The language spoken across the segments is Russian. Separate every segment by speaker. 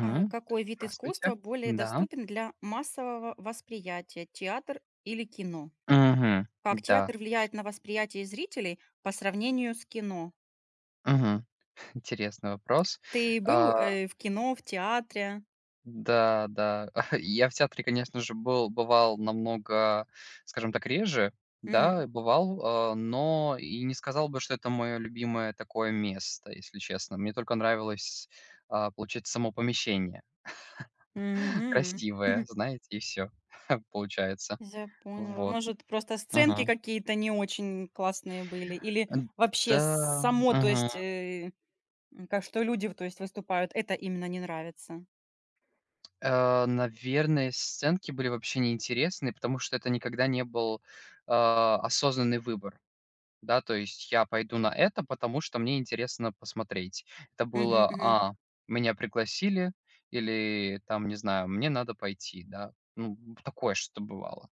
Speaker 1: Э,
Speaker 2: Так,
Speaker 1: Какой вид
Speaker 2: здравствуйте.
Speaker 1: искусства более
Speaker 2: Да.
Speaker 1: доступен для массового восприятия, театр или кино?
Speaker 2: Мгм.
Speaker 1: Как
Speaker 2: Да.
Speaker 1: театр влияет на восприятие зрителей по сравнению с кино?
Speaker 2: Мгм. Интересный вопрос.
Speaker 1: Ты
Speaker 2: А,
Speaker 1: был в кино, в театре?
Speaker 2: да, да. Я в театре, конечно же, был бывал намного, скажем так, реже.
Speaker 1: Мгм.
Speaker 2: Да, бывал, но и не сказал бы, что это мое любимое такое место, если честно. Мне только нравилось, получается, само помещение.
Speaker 1: Мгм.
Speaker 2: Красивое, знаете, и все получается.
Speaker 1: Я поняла.
Speaker 2: Вот.
Speaker 1: Может, просто сценки
Speaker 2: Мгм.
Speaker 1: какие-то не очень классные были? Или
Speaker 2: Н
Speaker 1: вообще
Speaker 2: Да.
Speaker 1: само, то
Speaker 2: Мгм.
Speaker 1: есть, как что люди, то есть, выступают, это именно не нравится?
Speaker 2: Наверное, сценки были вообще неинтересны, потому что это никогда не был, осознанный выбор. Да, то есть я пойду на это, потому что мне интересно посмотреть. Это
Speaker 1: Мгм,
Speaker 2: было:
Speaker 1: мгм,
Speaker 2: "А, меня пригласили" или там, не знаю, "Мне надо пойти", да. Ну, такое что-то бывало.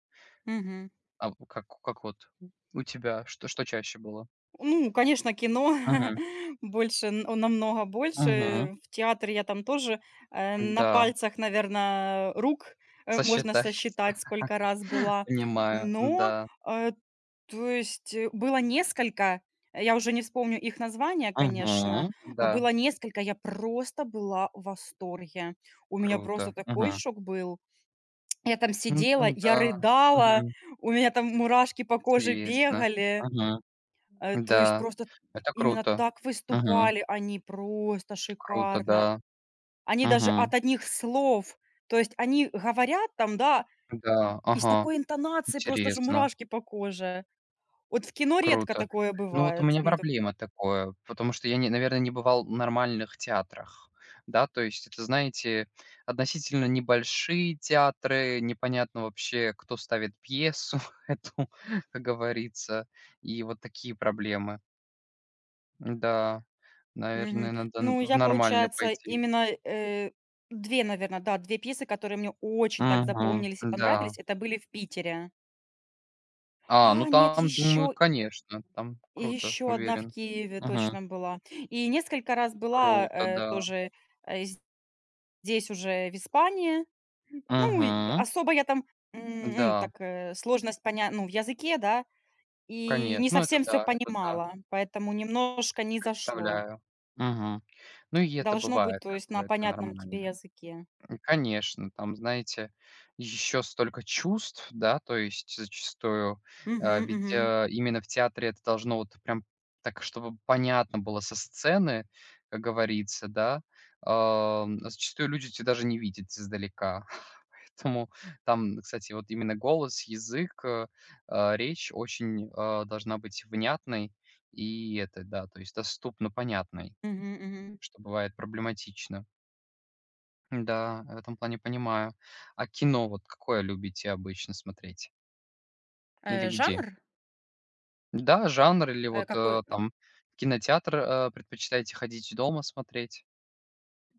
Speaker 1: мгм.
Speaker 2: А как вот у тебя, что чаще было?
Speaker 1: Ну, конечно, кино
Speaker 2: Мгм,
Speaker 1: больше, намного
Speaker 2: мгм.
Speaker 1: больше. В театре я там тоже, на
Speaker 2: Да,
Speaker 1: пальцах, наверное, рук, можно
Speaker 2: сосчитать.
Speaker 1: сосчитать, сколько раз была.
Speaker 2: Понимаю,
Speaker 1: Но,
Speaker 2: да.
Speaker 1: э, то есть, было несколько, я уже не вспомню их названия, конечно,
Speaker 2: Мгм.
Speaker 1: но
Speaker 2: Да,
Speaker 1: было несколько, я просто была в восторге. У меня
Speaker 2: круто.
Speaker 1: просто такой шок был. Я там
Speaker 2: Ну
Speaker 1: сидела,
Speaker 2: там
Speaker 1: я
Speaker 2: да.
Speaker 1: рыдала,
Speaker 2: Мгм.
Speaker 1: у меня там мурашки по коже
Speaker 2: Интересно.
Speaker 1: бегали.
Speaker 2: Мгм.
Speaker 1: То есть
Speaker 2: Да.
Speaker 1: просто
Speaker 2: Это
Speaker 1: именно
Speaker 2: круто.
Speaker 1: так
Speaker 2: Мгм.
Speaker 1: выступали они, просто
Speaker 2: Круто,
Speaker 1: шикарно.
Speaker 2: да.
Speaker 1: Они даже
Speaker 2: Мгм.
Speaker 1: от одних слов, то есть они говорят там, да,
Speaker 2: Да.
Speaker 1: из
Speaker 2: Ага.
Speaker 1: такой интонацией просто же
Speaker 2: Интересно.
Speaker 1: мурашки по коже. Вот в кино редко
Speaker 2: Круто.
Speaker 1: такое
Speaker 2: Ну вот у
Speaker 1: бывает.
Speaker 2: меня
Speaker 1: Ну, так
Speaker 2: проблема такое, потому что я не наверное, не бывал в нормальных театрах. Да, то есть это, знаете, относительно небольшие театры, непонятно вообще, кто ставит пьесу эту, как говорится, и вот такие проблемы. Да. Наверное,
Speaker 1: мгм.
Speaker 2: надо н
Speaker 1: Ну,
Speaker 2: в
Speaker 1: я,
Speaker 2: нормальный
Speaker 1: получается,
Speaker 2: пойти.
Speaker 1: именно, 2, наверно, да, 2 пьесы, которые мне очень так
Speaker 2: Мгм.
Speaker 1: запомнились и
Speaker 2: Да.
Speaker 1: понравились, это были в Питере.
Speaker 2: Ну
Speaker 1: А, нет,
Speaker 2: там думают,
Speaker 1: еще
Speaker 2: конечно, там круто,
Speaker 1: еще одна в
Speaker 2: уверен.
Speaker 1: Киеве
Speaker 2: Мгм.
Speaker 1: точно была. И несколько раз была,
Speaker 2: Круто, да.
Speaker 1: тоже, э, здесь уже в Испании. Ну, и
Speaker 2: Мгм.
Speaker 1: особо я там, м,
Speaker 2: Да,
Speaker 1: так, сложность поня ну, в языке, да, и не
Speaker 2: конечно. Ну
Speaker 1: совсем всё
Speaker 2: это да,
Speaker 1: понимала, поэтому немножко не зашло.
Speaker 2: представляю. Мгм. Ну и это
Speaker 1: Должно быть,
Speaker 2: бывает,
Speaker 1: то
Speaker 2: как
Speaker 1: есть, на
Speaker 2: бы это
Speaker 1: понятном тебе
Speaker 2: нормально.
Speaker 1: языке.
Speaker 2: Конечно, там, знаете, еще столько чувств, да, то есть зачастую,
Speaker 1: Мгм,
Speaker 2: ведь,
Speaker 1: мгм,
Speaker 2: именно в театре это должно вот прям так, чтобы понятно было со сцены, как говорится, да. Зачастую люди тебя даже не видят издалека, поэтому там, кстати, вот именно голос, язык, речь очень, должна быть внятной и это, да, то есть доступно понятной,
Speaker 1: мгм, мгм.
Speaker 2: что бывает проблематично. Да, в этом плане понимаю. А кино вот какое любите обычно смотреть? Или где?
Speaker 1: Жанр?
Speaker 2: Да, жанр или
Speaker 1: Э,
Speaker 2: вот,
Speaker 1: какой? Э,
Speaker 2: там в кинотеатр, предпочитаете ходить, дома смотреть?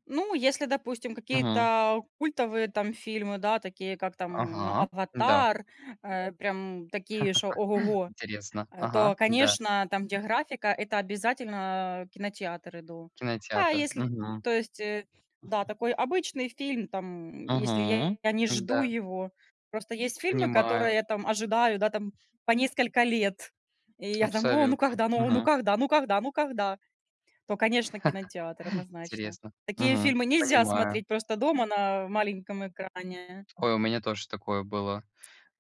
Speaker 1: ну, если, допустим,
Speaker 2: Мгм.
Speaker 1: какие-то культовые там фильмы, да, такие как там
Speaker 2: Ага, да,
Speaker 1: "Аватар", прям такие, что ого-го.
Speaker 2: интересно.
Speaker 1: То,
Speaker 2: Ага, да,
Speaker 1: конечно, там, где графика, это обязательно, кинотеатр иду. А
Speaker 2: кинотеатр.
Speaker 1: если,
Speaker 2: Мгм.
Speaker 1: то есть, да, такой обычный фильм, там, если
Speaker 2: Мгм.
Speaker 1: я не жду
Speaker 2: Да,
Speaker 1: его. Просто есть фильмы, которые
Speaker 2: понимаю,
Speaker 1: я там ожидаю, да, там, по несколько лет. И я там: "О, ну
Speaker 2: абсолютно.
Speaker 1: когда, ну
Speaker 2: Мгм.
Speaker 1: когда, ну когда, ну когда?" То, конечно, кинотеатр, однозначно.
Speaker 2: Интересно.
Speaker 1: Такие
Speaker 2: Мгм.
Speaker 1: фильмы нельзя
Speaker 2: Понимаю.
Speaker 1: смотреть просто дома на маленьком экране.
Speaker 2: Ой, у меня тоже такое было.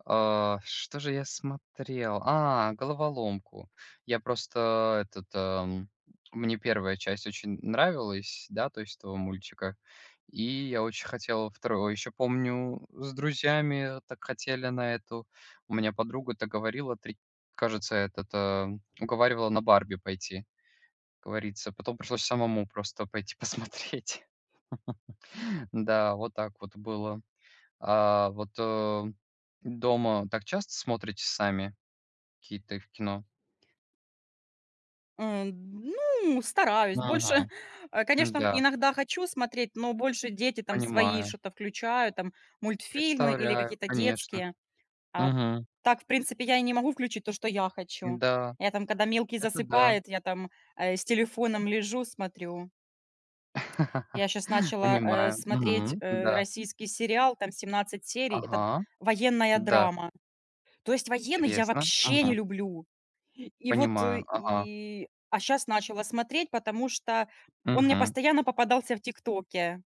Speaker 2: Что же я смотрел? А, "Головоломку". Я просто этот, мне первая часть очень нравилась, да, то есть этого мультика, и я очень хотел вторую. Еще помню, с друзьями так хотели на эту. У меня подруга-то говорила, три кажется, этот, уговаривала на "Барби" пойти, говорится. Потом пришлось самому просто пойти посмотреть. Да, вот так вот было. А вот, дома так часто смотрите сами? Какие-то в кино.
Speaker 1: Э, ну, стараюсь. Больше,
Speaker 2: Мгм.
Speaker 1: конечно,
Speaker 2: Да,
Speaker 1: иногда хочу смотреть, но больше дети там свои
Speaker 2: понимаю.
Speaker 1: что-то включают, там мультфильмы или
Speaker 2: Представляю,
Speaker 1: какие-то
Speaker 2: конечно.
Speaker 1: детские. А
Speaker 2: Мгм.
Speaker 1: так, в принципе, я и не могу включить то, что я хочу.
Speaker 2: Да,
Speaker 1: Я там, когда мелкий
Speaker 2: это да.
Speaker 1: засыпает, я там, с телефоном лежу, смотрю. Я сейчас начала,
Speaker 2: Понимаю.
Speaker 1: смотреть,
Speaker 2: Мгм. Да.
Speaker 1: российский сериал, там 17 серий, это
Speaker 2: Ага.
Speaker 1: военная
Speaker 2: Да.
Speaker 1: драма. То есть военный я
Speaker 2: Интересно.
Speaker 1: вообще не
Speaker 2: Мгм.
Speaker 1: люблю. И вот,
Speaker 2: Понимаю.
Speaker 1: э,
Speaker 2: Ага.
Speaker 1: и а сейчас начала смотреть, потому что он мне
Speaker 2: Мгм.
Speaker 1: постоянно попадался в "ТикТоке",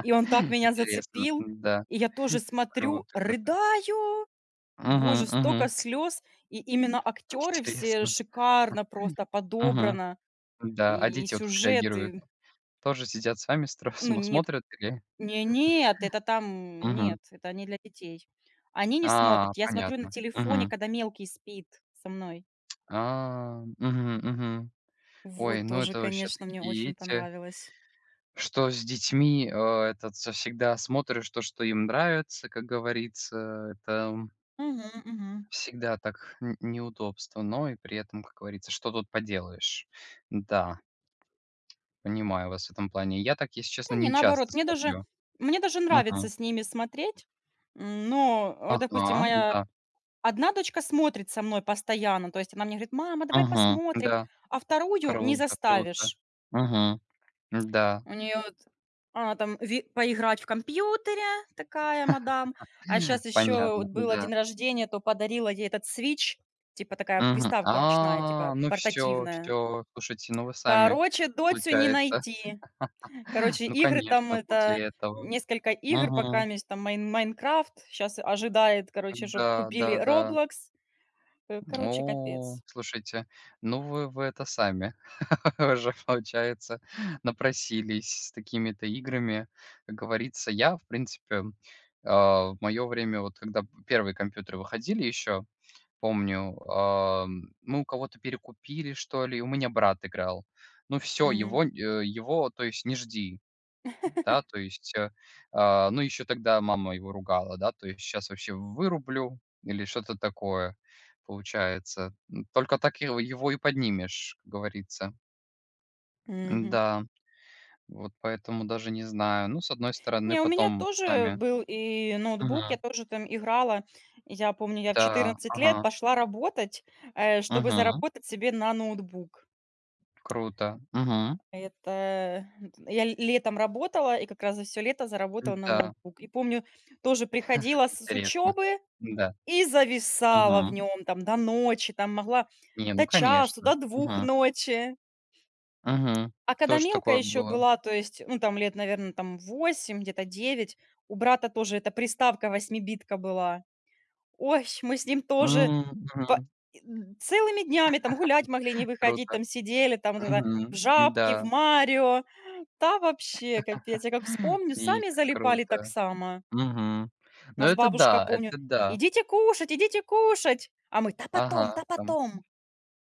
Speaker 1: и он так меня
Speaker 2: Интересно.
Speaker 1: зацепил.
Speaker 2: Да.
Speaker 1: И я тоже смотрю,
Speaker 2: Круто, круто.
Speaker 1: рыдаю,
Speaker 2: Мгм,
Speaker 1: боже,
Speaker 2: мгм.
Speaker 1: столько слез. И именно актеры все
Speaker 2: Интересно.
Speaker 1: шикарно просто
Speaker 2: Мгм.
Speaker 1: подобрано,
Speaker 2: Да. А
Speaker 1: и
Speaker 2: дети вот как
Speaker 1: сюжет,
Speaker 2: реагируют?
Speaker 1: и
Speaker 2: Тоже сидят с вами, стро
Speaker 1: ну
Speaker 2: смо
Speaker 1: нет,
Speaker 2: смотрят или?
Speaker 1: не нет, это там
Speaker 2: Мгм.
Speaker 1: нет, это не для детей. Они не
Speaker 2: А,
Speaker 1: смотрят, я смотрю на
Speaker 2: понятно.
Speaker 1: телефоне,
Speaker 2: Мгм.
Speaker 1: когда мелкий спит со мной.
Speaker 2: А, мгм, мгм. Ой,
Speaker 1: Вот
Speaker 2: ну
Speaker 1: тоже,
Speaker 2: это вообще
Speaker 1: конечно, мне
Speaker 2: такие
Speaker 1: очень
Speaker 2: эти,
Speaker 1: понравилось.
Speaker 2: что с детьми, этот со всегда смотришь то, что им нравится, как говорится. Это,
Speaker 1: Мгм, мгм.
Speaker 2: всегда так н неудобство, но и при этом, как говорится, что тут поделаешь. Да, понимаю вас в этом плане. Я так, если
Speaker 1: Да
Speaker 2: честно,
Speaker 1: не,
Speaker 2: не
Speaker 1: наоборот,
Speaker 2: часто смотрю.
Speaker 1: мне даже нравится
Speaker 2: Мгм.
Speaker 1: с ними смотреть. Но, вот,
Speaker 2: Ага,
Speaker 1: допустим, моя
Speaker 2: да.
Speaker 1: одна дочка смотрит со мной постоянно, то есть она мне говорит: "Мама, давай
Speaker 2: Мгм,
Speaker 1: посмотрим".
Speaker 2: да.
Speaker 1: А вторую не
Speaker 2: Круто, круто.
Speaker 1: заставишь.
Speaker 2: Угу, да.
Speaker 1: У нее она там ви поиграть в компьютере, такая мадам. А сейчас еще
Speaker 2: Понятно,
Speaker 1: вот был
Speaker 2: да.
Speaker 1: день рождения, то подарила ей этот свич, типа такая
Speaker 2: Мгм.
Speaker 1: приставка ручная, типа
Speaker 2: Ну все,
Speaker 1: портативная.
Speaker 2: все, слушайте, ну вы сами,
Speaker 1: Короче, Доцю не
Speaker 2: получается.
Speaker 1: найти. Короче,
Speaker 2: Ну,
Speaker 1: игры там
Speaker 2: конечно,
Speaker 1: это
Speaker 2: после этого.
Speaker 1: несколько игр пока
Speaker 2: Мгм.
Speaker 1: есть там Майнкрафт". Сейчас ожидает, короче, чтобы
Speaker 2: Да,
Speaker 1: купили
Speaker 2: да, да.
Speaker 1: Roblox. Короче,
Speaker 2: О,
Speaker 1: капец.
Speaker 2: слушайте, ну вы это сами уже, получается, напросились с такими-то играми. Как говорится, я, в принципе, в моё время, вот когда первые компьютеры выходили еще, помню, мы у кого-то перекупили, что ли, у меня брат играл. Ну все,
Speaker 1: Мгм.
Speaker 2: его, то есть, не жди, да, то есть, ну, еще тогда мама его ругала, да, то есть: "Сейчас вообще вырублю" или что-то такое получается. Только так его и поднимешь, как говорится.
Speaker 1: Мгм.
Speaker 2: Да, вот поэтому даже не знаю. Ну, с одной стороны,
Speaker 1: Не, у меня
Speaker 2: потом
Speaker 1: тоже
Speaker 2: сами.
Speaker 1: был и ноутбук, я
Speaker 2: Мгм.
Speaker 1: тоже там играла. Я помню, я в
Speaker 2: Да,
Speaker 1: 14 лет
Speaker 2: ага,
Speaker 1: пошла работать, чтобы
Speaker 2: мгм.
Speaker 1: заработать себе на ноутбук.
Speaker 2: Круто. Мгм.
Speaker 1: Это я летом работала и как раз за все лето заработала на
Speaker 2: Да,
Speaker 1: ноутбук. И помню, тоже приходила с
Speaker 2: интересно.
Speaker 1: учебы.
Speaker 2: Да.
Speaker 1: И зависала в
Speaker 2: Ага.
Speaker 1: нем там до ночи, там могла
Speaker 2: Не,
Speaker 1: до
Speaker 2: ну
Speaker 1: часу, до
Speaker 2: конечно.
Speaker 1: двух
Speaker 2: Мгм.
Speaker 1: ночи.
Speaker 2: Мгм.
Speaker 1: А когда
Speaker 2: Тоже
Speaker 1: Милка
Speaker 2: такое
Speaker 1: еще
Speaker 2: было.
Speaker 1: была, то есть, ну, там лет, наверное, там 8 где-то 9, у брата тоже эта приставка восьмибитка была. Ой, мы с ним тоже
Speaker 2: М,
Speaker 1: по
Speaker 2: мгм.
Speaker 1: н целыми днями там гулять могли, не выходить,
Speaker 2: Круто.
Speaker 1: там сидели, там вот это в
Speaker 2: Мгм.
Speaker 1: Жабке, в
Speaker 2: Да.
Speaker 1: "Марио". Да, вообще капец. Я как вспомню,
Speaker 2: И
Speaker 1: сами
Speaker 2: как
Speaker 1: залипали так
Speaker 2: круто.
Speaker 1: само.
Speaker 2: Мгм. Ну
Speaker 1: Нас
Speaker 2: это
Speaker 1: бабушка,
Speaker 2: да,
Speaker 1: помню:
Speaker 2: это да.
Speaker 1: "Идите кушать, идите кушать!" А мы: "Да потом,
Speaker 2: Ага,
Speaker 1: да
Speaker 2: там.
Speaker 1: потом!"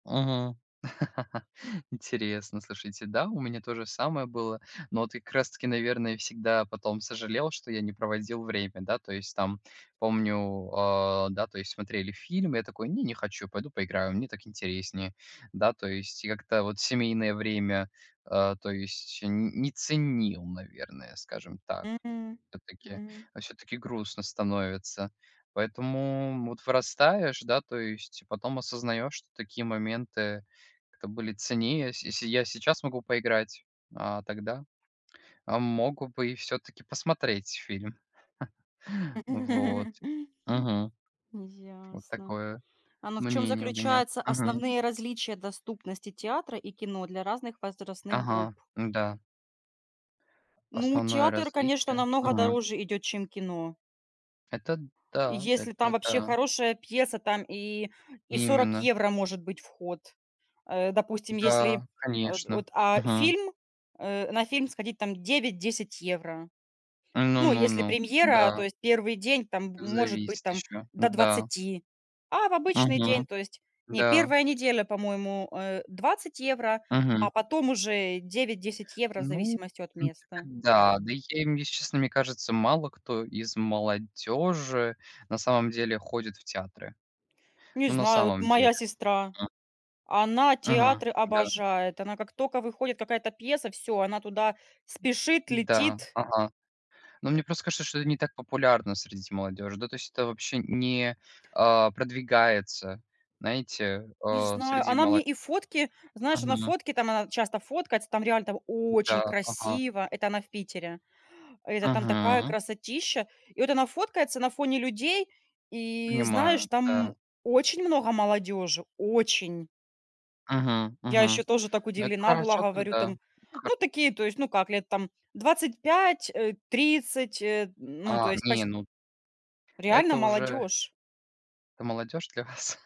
Speaker 2: Мгм. Интересно, слушайте, да, у меня то же самое было. Но ты и как раз-таки, наверное, всегда потом сожалел, что я не проводил время, да, то есть там, помню, да, то есть смотрели фильм, я такой, не, не хочу, пойду поиграю, мне так интереснее, да, то есть и как-то вот семейное время, то есть не ценил, наверное, скажем так,
Speaker 1: М,
Speaker 2: все-таки
Speaker 1: мгм.
Speaker 2: грустно становится. Поэтому вот вырастаешь, да, то есть потом осознаешь, что такие моменты как-то были ценнее. С Я сейчас могу поиграть, а тогда, мог бы и все таки посмотреть фильм. Вот. Мгм. Вот
Speaker 1: Ясно.
Speaker 2: такое
Speaker 1: А, ну, в чем
Speaker 2: мнение у меня.
Speaker 1: заключаются
Speaker 2: Мгм.
Speaker 1: основные различия доступности театра и кино для разных возрастных групп?
Speaker 2: Ага. Да.
Speaker 1: Ну,
Speaker 2: Основное
Speaker 1: театр, конечно,
Speaker 2: различие.
Speaker 1: намного
Speaker 2: Мгм.
Speaker 1: дороже идет, чем кино.
Speaker 2: Это да,
Speaker 1: Если там
Speaker 2: это
Speaker 1: вообще
Speaker 2: да.
Speaker 1: хорошая пьеса, там и 40
Speaker 2: Именно.
Speaker 1: евро может быть вход. Допустим, если,
Speaker 2: Да, конечно.
Speaker 1: вот, а
Speaker 2: Мгм.
Speaker 1: фильм, на фильм сходить там 9-10 евро. Ну, если
Speaker 2: Ну-ну-ну.
Speaker 1: премьера, то
Speaker 2: Да.
Speaker 1: есть первый день, там, может быть,
Speaker 2: Зависит
Speaker 1: там,
Speaker 2: еще.
Speaker 1: до
Speaker 2: Да.
Speaker 1: двадцати, а в обычный день,
Speaker 2: Мгм.
Speaker 1: то есть не,
Speaker 2: Да.
Speaker 1: первая неделя, по-моему, 20 евро,
Speaker 2: Мгм.
Speaker 1: а потом уже 9-10 евро в
Speaker 2: Ну,
Speaker 1: зависимости от
Speaker 2: в принципе,
Speaker 1: места.
Speaker 2: да. Да. Я, если честно, мне кажется, мало кто из молодежи на самом деле ходит в театры.
Speaker 1: Не
Speaker 2: Ну, на
Speaker 1: знаю, вот
Speaker 2: самом деле.
Speaker 1: моя сестра,
Speaker 2: М.
Speaker 1: она
Speaker 2: Мгм.
Speaker 1: театры
Speaker 2: Да.
Speaker 1: обожает. Она как только выходит какая-то пьеса, все, она туда спешит,
Speaker 2: Да.
Speaker 1: летит.
Speaker 2: Ага. Но мне просто кажется, что это не так популярно среди молодежи. Да, то есть это вообще не, продвигается, знаете,
Speaker 1: Не знаю,
Speaker 2: среди
Speaker 1: она мне
Speaker 2: молодежи.
Speaker 1: и фотки, знаешь, она фотки, там она часто фоткается, там реально там
Speaker 2: Да.
Speaker 1: очень
Speaker 2: Ага.
Speaker 1: красиво. Это она в Питере. Это там такая
Speaker 2: Мгм.
Speaker 1: красотища. И вот она фоткается на фоне людей, и знаешь,
Speaker 2: Понимаю,
Speaker 1: там
Speaker 2: да.
Speaker 1: очень много молодежи, очень.
Speaker 2: Мгм,
Speaker 1: Я еще
Speaker 2: мгм.
Speaker 1: тоже так
Speaker 2: Ну, это
Speaker 1: удивлена была,
Speaker 2: хорошо
Speaker 1: говорю,
Speaker 2: тогда.
Speaker 1: там,
Speaker 2: Хор
Speaker 1: ну, такие, то есть, ну, как, лет там 25, 30, ну, то есть,
Speaker 2: Не, ну
Speaker 1: реально
Speaker 2: это уже.
Speaker 1: молодежь.
Speaker 2: Это молодежь для вас?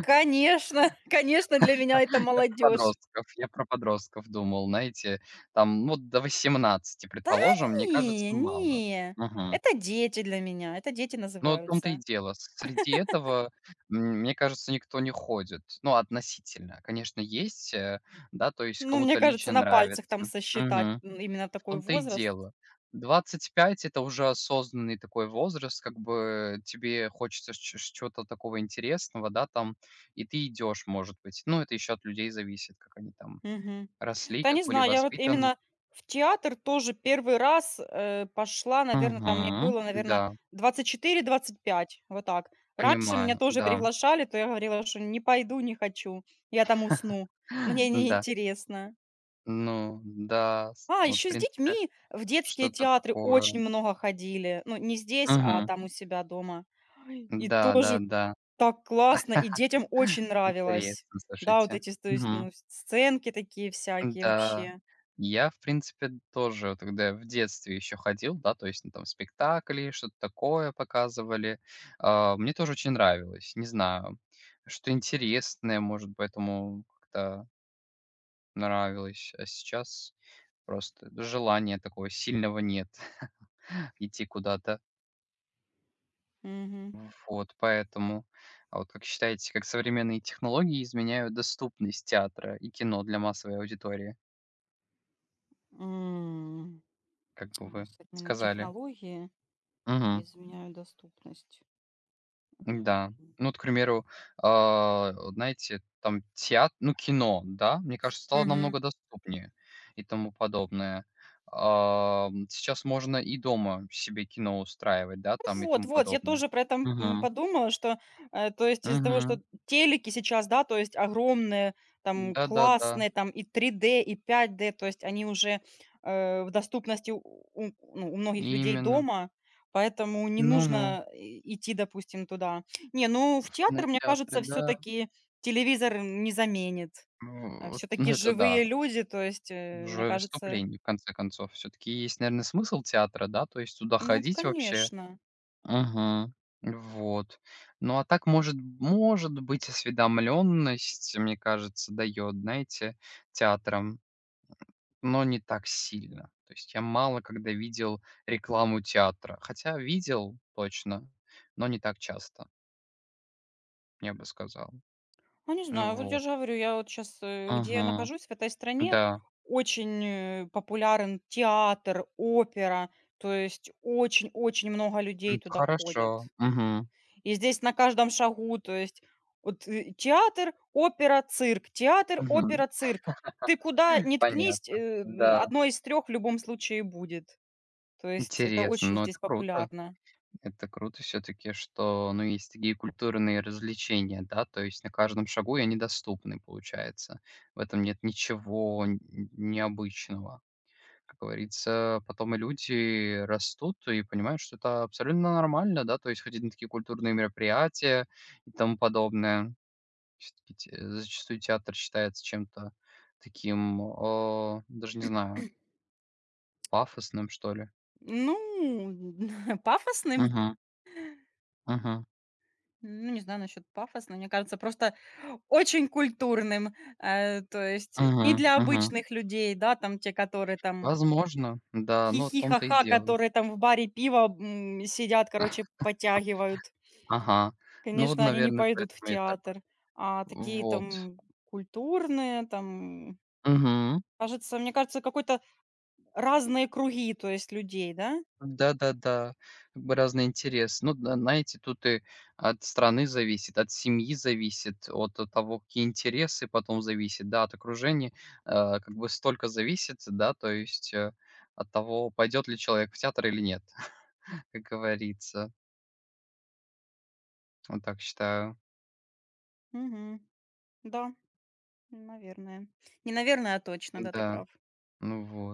Speaker 1: Конечно, конечно, для меня это
Speaker 2: Я про
Speaker 1: молодежь.
Speaker 2: подростков, я про подростков думал, знаете, там, ну, до 18, предположим, мне кажется,
Speaker 1: Не,
Speaker 2: мало.
Speaker 1: не,
Speaker 2: Мгм.
Speaker 1: это дети для меня, это дети
Speaker 2: Ну, в том-то и
Speaker 1: называются.
Speaker 2: дело. Среди этого, мне кажется, никто не ходит. Ну, относительно. Конечно, есть, да, то есть
Speaker 1: Ну, мне
Speaker 2: кому-то
Speaker 1: кажется,
Speaker 2: лично
Speaker 1: на пальцах
Speaker 2: нравится.
Speaker 1: там сосчитать,
Speaker 2: Мгм.
Speaker 1: именно
Speaker 2: В
Speaker 1: такой
Speaker 2: том-то и
Speaker 1: возраст.
Speaker 2: дело. 25 — это уже осознанный такой возраст, как бы тебе хочется ч чего-то такого интересного, да, там, и ты идешь, может быть. Ну, это еще от людей зависит, как они там
Speaker 1: Мгм.
Speaker 2: росли,
Speaker 1: Да
Speaker 2: как
Speaker 1: не
Speaker 2: были
Speaker 1: знаю, я вот
Speaker 2: воспитаны.
Speaker 1: именно в театр тоже первый раз, пошла, наверное, там мне
Speaker 2: Мгм.
Speaker 1: было,
Speaker 2: Да,
Speaker 1: наверное, 24, 25, вот так. Раньше меня
Speaker 2: понимаю,
Speaker 1: тоже
Speaker 2: да,
Speaker 1: приглашали, то я говорила, что не пойду, не хочу, я там усну, мне
Speaker 2: да.
Speaker 1: неинтересно.
Speaker 2: Ну да, с
Speaker 1: А,
Speaker 2: вот, в
Speaker 1: еще с
Speaker 2: принципе,
Speaker 1: детьми в детские
Speaker 2: что-то
Speaker 1: театры очень
Speaker 2: такое.
Speaker 1: много ходили. Ну, не здесь, а
Speaker 2: Мгм.
Speaker 1: там у себя дома. Ой, и тоже
Speaker 2: Да-да-да.
Speaker 1: так классно, и детям очень
Speaker 2: Интересно,
Speaker 1: нравилось. Да, вот
Speaker 2: слушайте.
Speaker 1: эти, то есть,
Speaker 2: Мгм.
Speaker 1: ну, с сценки такие всякие
Speaker 2: Да.
Speaker 1: вообще.
Speaker 2: Я, в принципе, тоже, вот когда я в детстве еще ходил, да, то есть, ну, там спектакли, что-то такое показывали, мне тоже очень нравилось. Не знаю, что интересное, может, поэтому как-то нравилось. А сейчас просто желания такого сильного нет идти куда-то.
Speaker 1: Мгм.
Speaker 2: Вот, поэтому, а вот как считаете, как современные технологии изменяют доступность театра и кино для массовой аудитории,
Speaker 1: М,
Speaker 2: как бы вы
Speaker 1: современные
Speaker 2: сказали?
Speaker 1: технологии изменяют доступность. М.
Speaker 2: Да. Ну вот, к примеру, вот знаете, там театр, ну, кино, да, мне кажется, стало
Speaker 1: Мгм.
Speaker 2: намного доступнее и тому подобное. Сейчас можно и дома себе кино устраивать, да, там и
Speaker 1: Вот,
Speaker 2: тому
Speaker 1: я
Speaker 2: подобное.
Speaker 1: тоже про это,
Speaker 2: Угу,
Speaker 1: подумала, что, то есть из-за того,
Speaker 2: угу,
Speaker 1: что телеки сейчас, да, то есть огромные, там,
Speaker 2: да-да-да,
Speaker 1: классные, там, и 3D, и 5D, то есть они уже, в доступности у ну, у многих людей
Speaker 2: именно.
Speaker 1: дома, поэтому не
Speaker 2: Ну-ну,
Speaker 1: нужно и идти, допустим, туда. Не, ну, в
Speaker 2: в
Speaker 1: театр, мне
Speaker 2: кинотеатре,
Speaker 1: кажется, все
Speaker 2: да.
Speaker 1: таки телевизор не заменит.
Speaker 2: Вот,
Speaker 1: Все
Speaker 2: ну,
Speaker 1: таки
Speaker 2: это да.
Speaker 1: живые люди, то есть, мне
Speaker 2: Уже
Speaker 1: кажется,
Speaker 2: выступление, в конце концов, все таки есть, наверное, смысл театра, да? То есть туда
Speaker 1: ну, вот,
Speaker 2: ходить вообще.
Speaker 1: конечно.
Speaker 2: Мгм. Вот. Ну, а так, может быть, осведомленность, мне кажется, дает, знаете, театрам, но не так сильно. То есть я мало когда видел рекламу театра. Хотя видел точно, но не так часто, я бы сказал.
Speaker 1: Ну, не
Speaker 2: Ну
Speaker 1: знаю, вот я
Speaker 2: вот.
Speaker 1: же говорю, я вот сейчас, где я
Speaker 2: Мгм.
Speaker 1: нахожусь, в этой стране,
Speaker 2: Да.
Speaker 1: очень, популярен театр, опера, то есть очень-очень много людей
Speaker 2: Это
Speaker 1: туда ходят.
Speaker 2: хорошо. Мгм.
Speaker 1: И здесь на каждом шагу, то есть вот, театр, опера, цирк, театр,
Speaker 2: Мгм.
Speaker 1: опера, цирк. Ты куда ни ткнись,
Speaker 2: Понятно. Да.
Speaker 1: одно из трех в любом случае будет. То есть это
Speaker 2: Интересно,
Speaker 1: очень
Speaker 2: но
Speaker 1: здесь
Speaker 2: это круто.
Speaker 1: популярно.
Speaker 2: Это круто все таки, что, ну, есть такие культурные развлечения, да, то есть на каждом шагу и они доступны, получается. В этом нет ничего н необычного. Как говорится, потом и люди растут и понимают, что это абсолютно нормально, да, то есть ходить на такие культурные мероприятия и тому подобное. Всё-таки те зачастую театр считается чем-то таким, даже не знаю, пафосным, что ли.
Speaker 1: Ну, пафосным?
Speaker 2: Угу, угу,
Speaker 1: Ну, не знаю насчет пафосно. Мне кажется, просто очень культурным. То есть
Speaker 2: угу,
Speaker 1: и для
Speaker 2: мгм.
Speaker 1: обычных людей, да, там те, которые там
Speaker 2: Возможно, да,
Speaker 1: хихи
Speaker 2: но в
Speaker 1: хи ха
Speaker 2: том-то и
Speaker 1: ха
Speaker 2: дело.
Speaker 1: которые там в баре пива сидят, короче, потягивают.
Speaker 2: Ага. Ну вот,
Speaker 1: Конечно, они не
Speaker 2: наверное,
Speaker 1: пойдут в
Speaker 2: поэтому я так.
Speaker 1: театр. А такие
Speaker 2: Вот.
Speaker 1: там культурные, там,
Speaker 2: Угу.
Speaker 1: кажется, мне кажется, какой-то разные круги, то есть людей, да?
Speaker 2: Да-да-да. Как бы разный интерес. Ну, да, знаете, тут и от страны зависит, от семьи зависит, от того, какие интересы потом зависит, да, от окружения. Как бы столько зависит, да, то есть от того, пойдет ли человек в театр или нет, как говорится. Вот так считаю.
Speaker 1: Мгм. Да, наверное. Не наверное, а точно, да, ты
Speaker 2: Да.
Speaker 1: прав.
Speaker 2: Ну вот.